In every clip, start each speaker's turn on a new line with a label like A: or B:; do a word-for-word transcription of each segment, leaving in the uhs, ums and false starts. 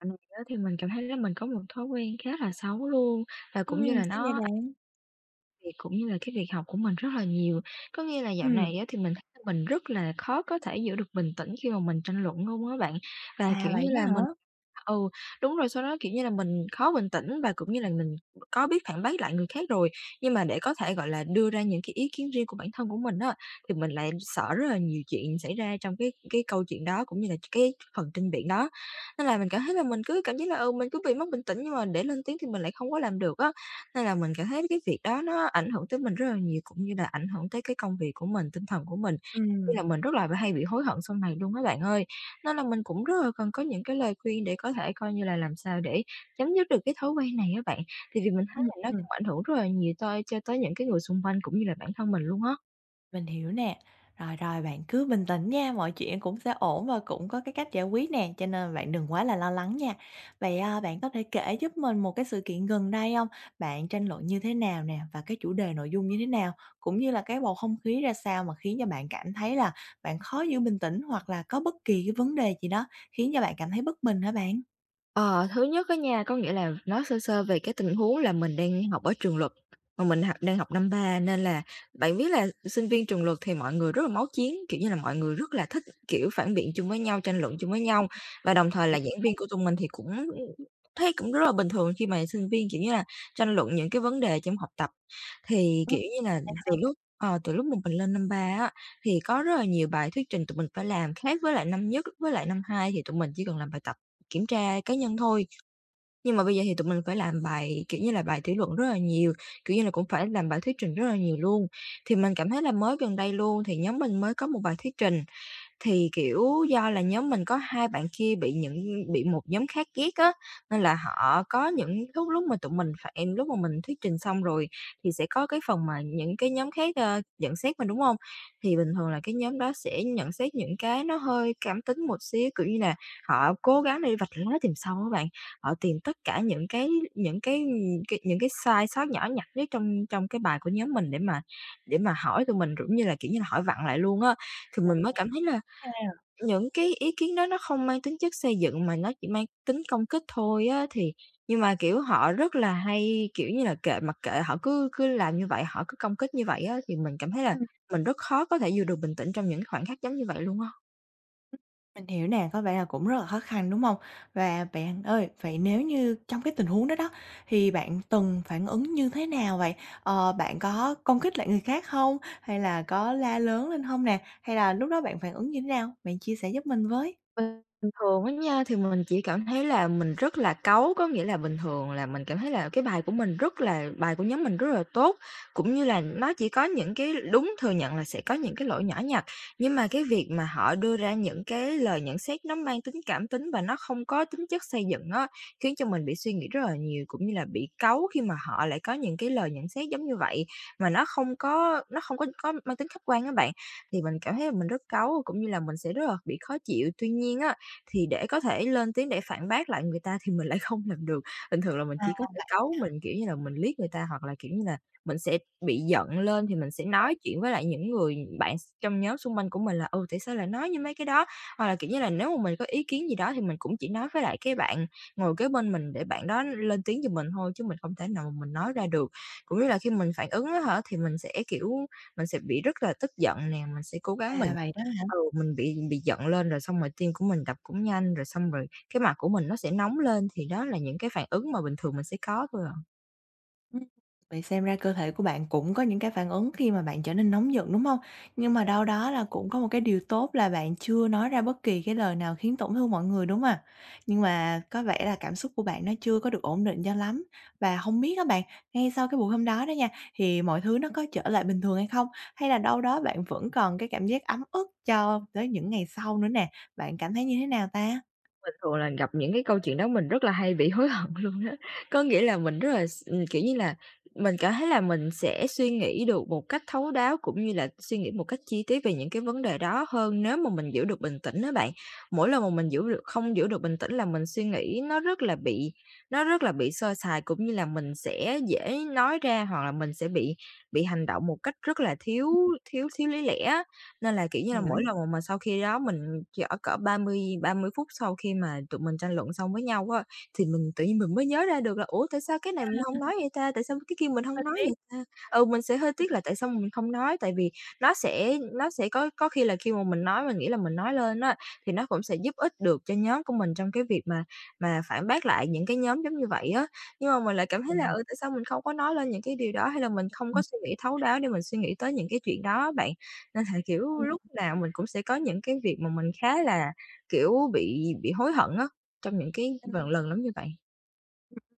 A: Dạo này á thì mình cảm thấy là mình có một thói quen khá là xấu luôn. Và
B: Ừm,
A: cũng như là
B: sao vậy
A: nó
B: bạn?
A: Việc cũng như là cái việc học của mình rất là nhiều. Có nghĩa là dạo
B: Ừm,
A: này á thì mình thấy là mình rất là khó có thể giữ được bình tĩnh khi mà mình tranh luận luôn á bạn. Và,
B: à,
A: kiểu
B: vậy
A: như
B: đó
A: là,
B: hả?
A: mình ừ, đúng rồi. Sau đó, kiểu như là, mình khó bình tĩnh và cũng như là mình có biết phản bác lại người khác rồi, nhưng mà để có thể, gọi là, đưa ra những cái ý kiến riêng của bản thân của mình á, thì mình lại sợ rất là nhiều chuyện xảy ra trong cái cái câu chuyện đó cũng như là cái phần tranh biện đó. Nên là mình cảm thấy là mình cứ cảm giác là, ừ, mình cứ bị mất bình tĩnh nhưng mà để lên tiếng thì mình lại không có làm được á. Nên là mình cảm thấy cái việc đó nó ảnh hưởng tới mình rất là nhiều, cũng như là ảnh hưởng tới cái công việc của mình, tinh thần của mình, như
B: Ừm,
A: là mình rất là hay bị hối hận sau này luôn các bạn ơi. Nên là mình cũng rất là cần có những cái lời khuyên để có thể coi như là làm sao để chấm dứt được cái thói quen này các bạn. Thì vì mình thấy
B: ừm,
A: là nó
B: ừm,
A: cũng ảnh hưởng rất là nhiều tới cho tới những cái người xung quanh cũng như là bản thân mình luôn á.
B: mình hiểu nè. Rồi, rồi, bạn cứ bình tĩnh nha, mọi chuyện cũng sẽ ổn và cũng có cái cách giải quyết nè, cho nên bạn đừng quá là lo lắng nha. Vậy, à, bạn có thể kể giúp mình một cái sự kiện gần đây không? Bạn tranh luận như thế nào nè và cái chủ đề nội dung như thế nào? Cũng như là cái bầu không khí ra sao mà khiến cho bạn cảm thấy là bạn khó giữ bình tĩnh hoặc là có bất kỳ cái vấn đề gì đó khiến cho bạn cảm thấy bất bình hả bạn?
A: Ờ, thứ nhất á nha, có nghĩa là nói sơ sơ về cái tình huống là mình đang học ở trường luật, mà mình học đang học năm ba, nên là bạn biết là sinh viên trường luật thì mọi người rất là máu chiến, kiểu như là, mọi người rất là thích, kiểu, phản biện chung với nhau, tranh luận chung với nhau. Và đồng thời
B: Ừ,
A: là giảng viên của tụi mình thì cũng thấy cũng rất là bình thường khi mà sinh viên, kiểu như là, tranh luận những cái vấn đề trong học tập. Thì, kiểu như là, từ lúc ờ, từ lúc mà mình lên năm ba á, thì có rất là nhiều bài thuyết trình tụi mình phải làm, khác với lại năm nhất với lại năm hai thì tụi mình chỉ cần làm bài tập kiểm tra cá nhân thôi. Nhưng mà bây giờ thì tụi mình phải làm bài, kiểu như là, bài thảo luận rất là nhiều, kiểu như là, cũng phải làm bài thuyết trình rất là nhiều luôn. Thì mình cảm thấy là mới gần đây luôn thì nhóm mình mới có một bài thuyết trình thì, kiểu, do là nhóm mình có hai bạn kia bị những bị một nhóm khác ghét á, nên là họ có những lúc lúc mà tụi mình phải em lúc mà mình thuyết trình xong rồi thì sẽ có cái phần mà những cái nhóm khác, ơ, nhận xét mình, đúng không? Thì bình thường là cái nhóm đó sẽ nhận xét những cái nó hơi cảm tính một xíu, kiểu như là, họ cố gắng đi vạch lá tìm sâu các bạn, họ tìm tất cả những cái những cái, cái những cái sai sót nhỏ nhặt nhất trong trong cái bài của nhóm mình để mà để mà hỏi tụi mình, cũng như là, kiểu như là, hỏi vặn lại luôn á. Thì mình mới
B: đúng
A: cảm thấy là những cái ý kiến đó nó không mang tính chất xây dựng mà nó chỉ mang tính công kích thôi á. Thì nhưng mà, kiểu, họ rất là hay, kiểu như là, kệ mặc kệ, họ cứ cứ làm như vậy, họ cứ công kích như vậy á, thì mình cảm thấy là
B: ha.
A: mình rất khó có thể giữ được bình tĩnh trong những khoảnh khắc giống như vậy luôn á.
B: Mình hiểu nè, có vẻ là cũng rất là khó khăn, đúng không? Và bạn ơi, vậy nếu như trong cái tình huống đó đó, thì bạn từng phản ứng như thế nào vậy? Ờ, bạn có công kích lại người khác không? Hay là có la lớn lên không nè? Hay là lúc đó bạn phản ứng như thế nào? Bạn chia sẻ giúp mình với.
A: Bình thường á nha, thì mình chỉ cảm thấy là mình rất là cáu. Có nghĩa là bình thường là mình cảm thấy là cái bài của mình rất là bài của nhóm mình rất là tốt, cũng như là nó chỉ có những cái, đúng thừa nhận là sẽ có những cái lỗi nhỏ nhặt, nhưng mà cái việc mà họ đưa ra những cái lời nhận xét nó mang tính cảm tính và nó không có tính chất xây dựng á, khiến cho mình bị suy nghĩ rất là nhiều, cũng như là bị cáu khi mà họ lại có những cái lời nhận xét giống như vậy, mà nó không có nó không có có mang tính khách quan á bạn. Thì mình cảm thấy là mình rất cáu, cũng như là mình sẽ rất là bị khó chịu. Tuy nhiên á, thì để có thể lên tiếng để phản bác lại người ta thì mình lại không làm được. Bình thường là mình chỉ có thể cáu, mình, kiểu như là, mình liếc người ta, hoặc là, kiểu như là, mình sẽ bị giận lên thì mình sẽ nói chuyện với lại những người bạn trong nhóm xung quanh của mình là "Ừ, tại sao lại nói như mấy cái đó?" Hoặc là, kiểu như là, nếu mà mình có ý kiến gì đó thì mình cũng chỉ nói với lại cái bạn ngồi kế bên mình để bạn đó lên tiếng cho mình thôi, chứ mình không thể nào mà mình nói ra được. Cũng như là khi mình phản ứng á hả, thì mình sẽ, kiểu, mình sẽ bị rất là tức giận nè, mình sẽ cố gắng. Mình
B: À, vậy đó.
A: ừ, mình bị bị giận lên rồi, xong rồi tim của mình đập cũng nhanh, rồi xong rồi cái mặt của mình nó sẽ nóng lên, thì đó là những cái phản ứng mà bình thường mình sẽ có thôi à.
B: Ừm, vậy xem ra cơ thể của bạn cũng có những cái phản ứng khi mà bạn trở nên nóng giận, đúng không? Nhưng mà đâu đó là cũng có một cái điều tốt là bạn chưa nói ra bất kỳ cái lời nào khiến tổn thương mọi người, đúng không à? Nhưng mà có vẻ là cảm xúc của bạn nó chưa có được ổn định cho lắm. Và không biết các bạn, ngay sau cái buổi hôm đó đó nha, thì mọi thứ nó có trở lại bình thường hay không? Hay là đâu đó bạn vẫn còn cái cảm giác ấm ức cho tới những ngày sau nữa nè? Bạn cảm thấy như thế nào ta?
A: Mình thường là gặp những cái câu chuyện đó mình rất là hay bị hối hận luôn á. Có nghĩa là mình rất là s ừm, kiểu như là, mình cảm thấy là mình sẽ suy nghĩ được một cách thấu đáo, cũng như là suy nghĩ một cách chi tiết về những cái vấn đề đó hơn nếu mà mình giữ được bình tĩnh á bạn. Mỗi lần mà mình giữ được không giữ được bình tĩnh là mình suy nghĩ nó rất là bị nó rất là bị sơ sài, cũng như là mình sẽ dễ nói ra, hoặc là mình sẽ bị bị hành động một cách rất là thiếu thiếu thiếu lý lẽ, nên là, kiểu như là,
B: Mình
A: mỗi
B: nghĩ
A: lần mà sau khi đó mình chở cỡ ba mươi ba mươi phút sau khi mà tụi mình tranh luận xong với nhau á, thì mình tự nhiên mình mới nhớ ra được là "Ủa, tại sao cái này mình hông nói vậy ta? Tại sao cái kia mình
B: hơi
A: hông nói
B: tiếc.
A: vậy ta?" Ừ, mình sẽ hơi tiếc là tại sao mình không nói, tại vì nó sẽ nó sẽ có có khi là khi mà mình nói, mình nghĩ là mình nói lên á, thì nó cũng sẽ giúp ích được cho nhóm của mình trong cái việc mà mà phản bác lại những cái nhóm giống như vậy á. Nhưng mà mình lại cảm thấy là,
B: Ừm.
A: ừ, tại sao mình không có nói lên những cái điều đó, hay là mình không có suy nghĩ thấu đáo để mình suy nghĩ tới những cái chuyện đó á bạn. Nên thành, kiểu, lúc nào mình cũng sẽ có những cái việc mà mình khá là, kiểu, bị bị hối hận á, trong những cái v lần lắm như vậy.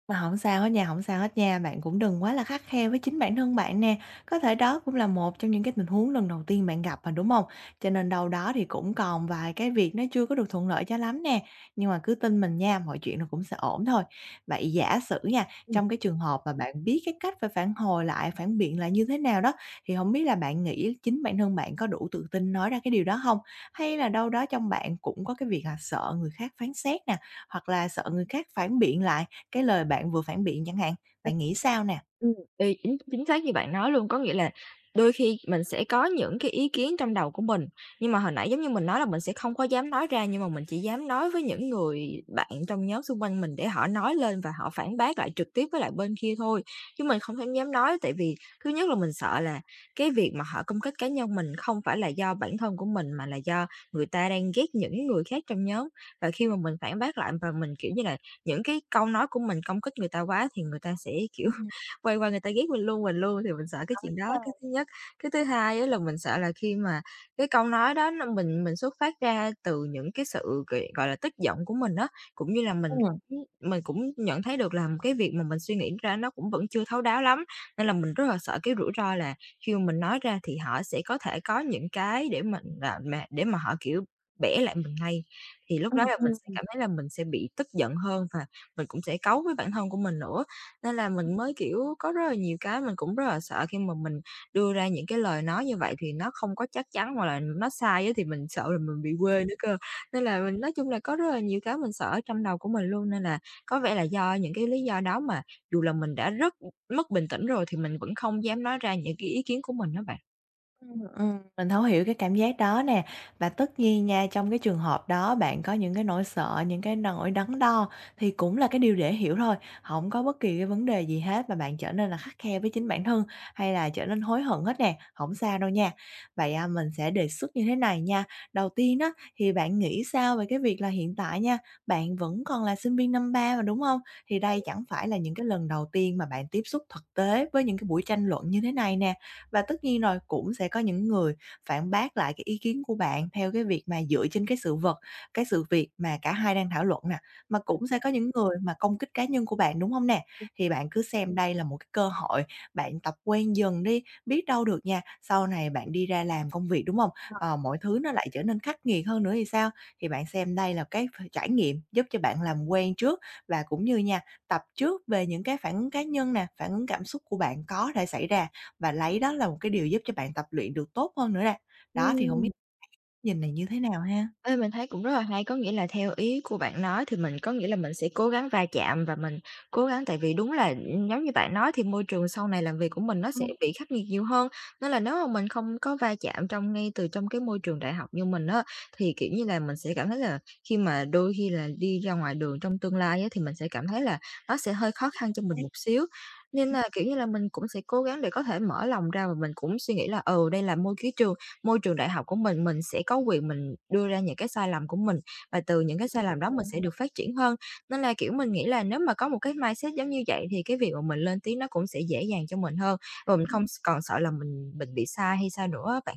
B: Mà không sao hết nha, không sao hết nha. Bạn cũng đừng quá là khắt khe với chính bản thân bạn nè. Có thể đó cũng là một trong những cái tình huống lần đầu tiên bạn gặp mà, đúng không? Cho nên đâu đó thì cũng còn vài cái việc nó chưa có được thuận lợi cho lắm nè. Nhưng mà cứ tin mình nha, mọi chuyện nó cũng sẽ ổn thôi. Vậy giả sử nha, trong cái trường hợp mà bạn biết cái cách phải phản hồi lại, phản biện lại như thế nào đó, thì không biết là bạn nghĩ chính bản thân bạn có đủ tự tin nói ra cái điều đó không? Hay là đâu đó trong bạn cũng có cái việc là sợ người khác phán xét nè, hoặc là sợ người khác phản biện lại? Cái lời bạn vừa phản biện chẳng hạn, bạn nghĩ sao nè?
A: Ừm, thì chính chính xác như bạn nói luôn, có nghĩa là đôi khi mình sẽ có những cái ý kiến trong đầu của mình, nhưng mà hồi nãy giống như mình nói là mình sẽ không có dám nói ra, nhưng mà mình chỉ dám nói với những người bạn trong nhóm xung quanh mình để họ nói lên và họ phản bác lại trực tiếp với lại bên kia thôi. Chứ mình không thể dám nói, tại vì thứ nhất là mình sợ là cái việc mà họ công kích cá nhân mình không phải là do bản thân của mình mà là do người ta đang ghét những người khác trong nhóm. Và khi mà mình phản bác lại và mình, kiểu như là, những cái câu nói của mình công kích người ta quá thì người ta sẽ, kiểu,
B: Ừm,
A: quay qua người ta ghét mình luôn, mình luôn, thì mình sợ cái chuyện
B: ờ,
A: đó, cái thứ nhất. Cái thứ hai á là mình sợ là khi mà cái câu nói đó nó mình mình xuất phát ra từ những cái sự, g gọi là, tức giận của mình á, cũng như là
B: ừ,
A: mình cũng mình cũng nhận thấy được là cái việc mà mình suy nghĩ ra nó cũng vẫn chưa thấu đáo lắm, nên là mình rất là sợ cái rủi ro là khi mà mình nói ra thì họ sẽ có thể có những cái để mình là mà để mà họ, kiểu, bẻ lại mình ngay. Thì lúc đó
B: ừm,
A: là mình sẽ
B: ừm.
A: cảm thấy là mình sẽ bị tức giận hơn và mình cũng sẽ cáu với bản thân của mình nữa. Nên là mình mới, kiểu, có rất là nhiều cái mình cũng rất là sợ khi mà mình đưa ra những cái lời nói như vậy thì nó không có chắc chắn hoặc là nó sai á, thì mình sợ là mình bị quê nữa cơ. Nên là mình nói chung là có rất là nhiều cái mình sợ ở trong đầu của mình luôn, nên là có vẻ là do những cái lý do đó mà dù là mình đã rất mất bình tĩnh rồi thì mình vẫn không dám nói ra những cái ý kiến của mình đó bạn.
B: Ừm, ừm, mình thấu hiểu cái cảm giác đó nè. Và tất nhiên nha, trong cái trường hợp đó bạn có những cái nỗi sợ, những cái nỗi đắn đo thì cũng là cái điều dễ hiểu thôi, không có bất kỳ cái vấn đề gì hết mà bạn trở nên là khắt khe với chính bản thân hay là trở nên hối hận hết nè, không sao đâu nha. Vậy, à, mình sẽ đề xuất như thế này nha. Đầu tiên đó thì bạn nghĩ sao về cái việc là hiện tại nha, bạn vẫn còn là sinh viên năm ba mà, đúng không? Thì đây chẳng phải là những cái lần đầu tiên mà bạn tiếp xúc thực tế với những cái buổi tranh luận như thế này nè. Và tất nhiên rồi cũng sẽ có những người phản bác lại cái ý kiến của bạn theo cái việc mà dựa trên cái sự vật, cái sự việc mà cả hai đang thảo luận nè, mà cũng sẽ có những người mà công kích cá nhân của bạn, đúng không nè? Thì bạn cứ xem đây là một cái cơ hội, bạn tập quen dần đi, biết đâu được nha, sau này bạn đi ra làm công việc, đúng không? Ờ, mọi thứ nó lại trở nên khắc nghiệt hơn nữa thì sao? Thì bạn xem đây là cái ph trải nghiệm giúp cho bạn làm quen trước và cũng như nha, tập trước về những cái phản ứng cá nhân nè, phản ứng cảm xúc của bạn có thể xảy ra và lấy đó là một cái điều giúp cho bạn tập luyện được tốt hơn nữa nè. Đó, thì hổng biết
A: Ừm.
B: nhìn này như thế nào ha?
A: Ê, mình thấy cũng rất là hay, có nghĩa là theo ý của bạn nói thì mình có nghĩa là mình sẽ cố gắng va chạm và mình cố gắng, tại vì đúng là, giống như bạn nói thì môi trường sau này làm việc của mình nó sẽ
B: Ừm,
A: bị khắc nghiệt nhiều hơn, nên là nếu mà mình không có va chạm trong ngay từ trong cái môi trường đại học như mình á, thì, kiểu như là, mình sẽ cảm thấy là khi mà đôi khi là đi ra ngoài đường trong tương lai á, thì mình sẽ cảm thấy là nó sẽ hơi khó khăn cho mình
B: đấy.
A: một xíu. Nên là, kiểu như là, mình cũng sẽ cố gắng để có thể mở lòng ra, và mình cũng suy nghĩ là, ừ, đây là môi cái trường môi trường đại học của mình, mình sẽ có quyền mình đưa ra những cái sai lầm của mình, và từ những cái sai lầm đó mình sẽ được phát triển hơn. Nên là, kiểu, mình nghĩ là nếu mà có một cái mindset giống như vậy thì cái việc mà mình lên tiếng nó cũng sẽ dễ dàng cho mình hơn, và mình không s còn sợ là mình mình bị sai hay sao nữa á bạn.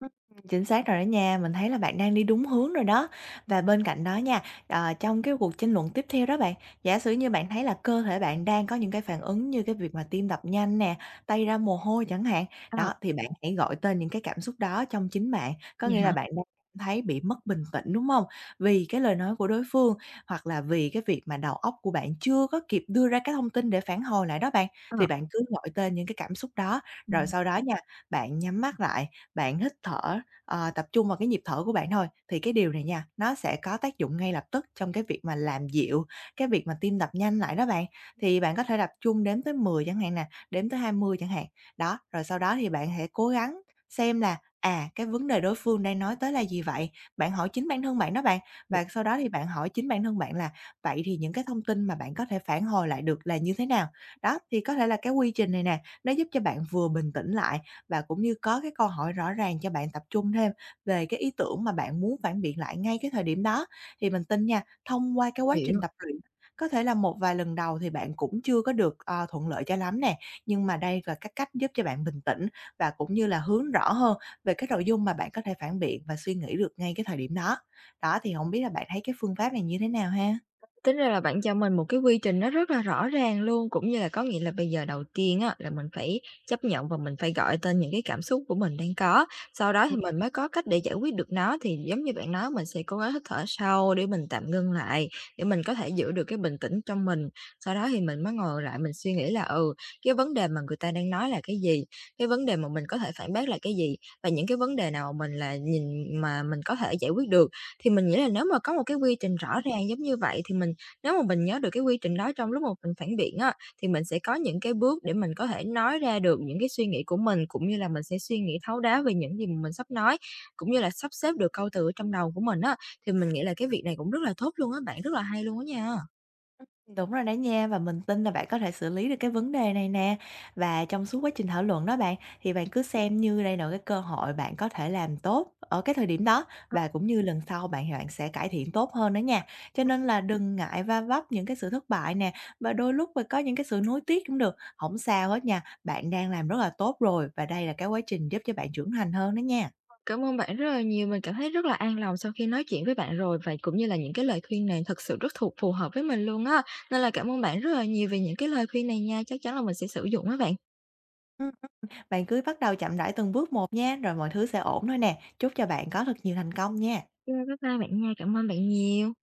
B: Ừm, chính xác rồi đó nha, mình thấy là bạn đang đi đúng hướng rồi đó. Và bên cạnh đó nha, ờ, trong cái cuộc tranh luận tiếp theo đó bạn, giả sử như bạn thấy là cơ thể bạn đang có những cái phản ứng như cái việc mà tim đập nhanh nè, tay ra mồ hôi chẳng hạn,
A: Ờ,
B: đó, thì bạn hãy gọi tên những cái cảm xúc đó trong chính bạn, có
A: vậy
B: nghĩa
A: hả?
B: là bạn đang cảm thấy bị mất bình tĩnh, đúng không? Vì cái lời nói của đối phương, hoặc là vì cái việc mà đầu óc của bạn chưa có kịp đưa ra cái thông tin để phản hồi lại đó bạn,
A: Ờ,
B: thì bạn cứ gọi tên những cái cảm xúc đó, rồi
A: ừm,
B: sau đó nha, bạn nhắm mắt lại bạn hít thở, ờ, tập trung vào cái nhịp thở của bạn thôi, thì cái điều này nha, nó sẽ có tác dụng ngay lập tức trong cái việc mà làm dịu cái việc mà tim đập nhanh lại đó bạn. Thì bạn có thể tập trung đếm tới mười chẳng hạn nè, đếm tới hai mươi chẳng hạn. Đó, rồi sau đó thì bạn hãy cố gắng xem là, à, cái vấn đề đối phương đang nói tới là gì vậy? Bạn hỏi chính bản thân bạn đó bạn,
A: h
B: và sau đó thì bạn hỏi chính bản thân bạn là vậy thì những cái thông tin mà bạn có thể phản hồi lại được là như thế nào? Đó, thì có thể là cái quy trình này nè, nó giúp cho bạn vừa bình tĩnh lại và cũng như có cái câu hỏi rõ ràng cho bạn tập trung thêm về cái ý tưởng mà bạn muốn phản biện lại ngay cái thời điểm đó. Thì mình tin nha, thông qua cái quá trình
A: hiểu.
B: tập luyện, có thể là một vài lần đầu thì bạn cũng chưa có được, ờ, thuận lợi cho lắm nè, nhưng mà đây là các cách giúp cho bạn bình tĩnh và cũng như là hướng rõ hơn về cái nội dung mà bạn có thể phản biện và suy nghĩ được ngay cái thời điểm đó. Đó, thì không biết là bạn thấy cái phương pháp này như thế nào ha?
A: Tính ra là bạn cho mình một cái quy trình nó rất là rõ ràng luôn, cũng như là có nghĩa là bây giờ đầu tiên á, là mình phải chấp nhận và mình phải gọi tên những cái cảm xúc của mình đang có, sau đó thì mình mới có cách để giải quyết được nó. Thì giống như bạn nói, mình sẽ cố gắng hít thở sâu để mình tạm ngưng lại, để mình có thể giữ được cái bình tĩnh trong mình. Sau đó thì mình mới ngồi lại mình suy nghĩ là, ừ, cái vấn đề mà người ta đang nói là cái gì? Cái vấn đề mà mình có thể phản bác là cái gì? Và những cái vấn đề nào mình là nhìn mà mình có thể giải quyết được? Thì mình nghĩ là nếu mà có một cái quy trình rõ ràng giống như vậy thì mình nếu mà mình nhớ được cái quy trình đó trong lúc mà mình phản biện á, thì mình sẽ có những cái bước để mình có thể nói ra được những cái suy nghĩ của mình, cũng như là mình sẽ suy nghĩ thấu đáo về những gì mà mình sắp nói, cũng như là sắp xếp được câu từ ở trong đầu của mình á, thì mình nghĩ là cái việc này cũng rất là tốt luôn á bạn, rất là hay luôn á nha.
B: Đúng rồi đó nha, và mình tin là bạn có thể xử lý được cái vấn đề này nè. Và trong suốt quá trình thảo luận đó bạn, thì bạn cứ xem như đây là cái cơ hội bạn có thể làm tốt ở cái thời điểm đó
A: Ờ,
B: và cũng như lần sau bạn bạn sẽ cải thiện tốt hơn đó nha. Cho nên là đừng ngại va vấp những cái sự thất bại nè và đôi lúc mà có những cái sự nuối tiếc cũng được, không sao hết nha. Bạn đang làm rất là tốt rồi và đây là cái quá trình giúp cho bạn trưởng thành hơn đó nha.
A: cảm ơn bạn rất là nhiều, mình cảm thấy rất là an lòng sau khi nói chuyện với bạn rồi, và cũng như là những cái lời khuyên này thật sự rất thuộc phù hợp với mình luôn á. Nên là cảm ơn bạn rất là nhiều về những cái lời khuyên này nha, chắc chắn là mình sẽ sử dụng á bạn.
B: Ừ, bạn cứ bắt đầu chậm rãi từng bước một nha, rồi mọi thứ sẽ ổn thôi nè. Chúc cho bạn có thật nhiều thành công nha.
A: Yeah, bye bye bạn nha, cảm ơn bạn nhiều.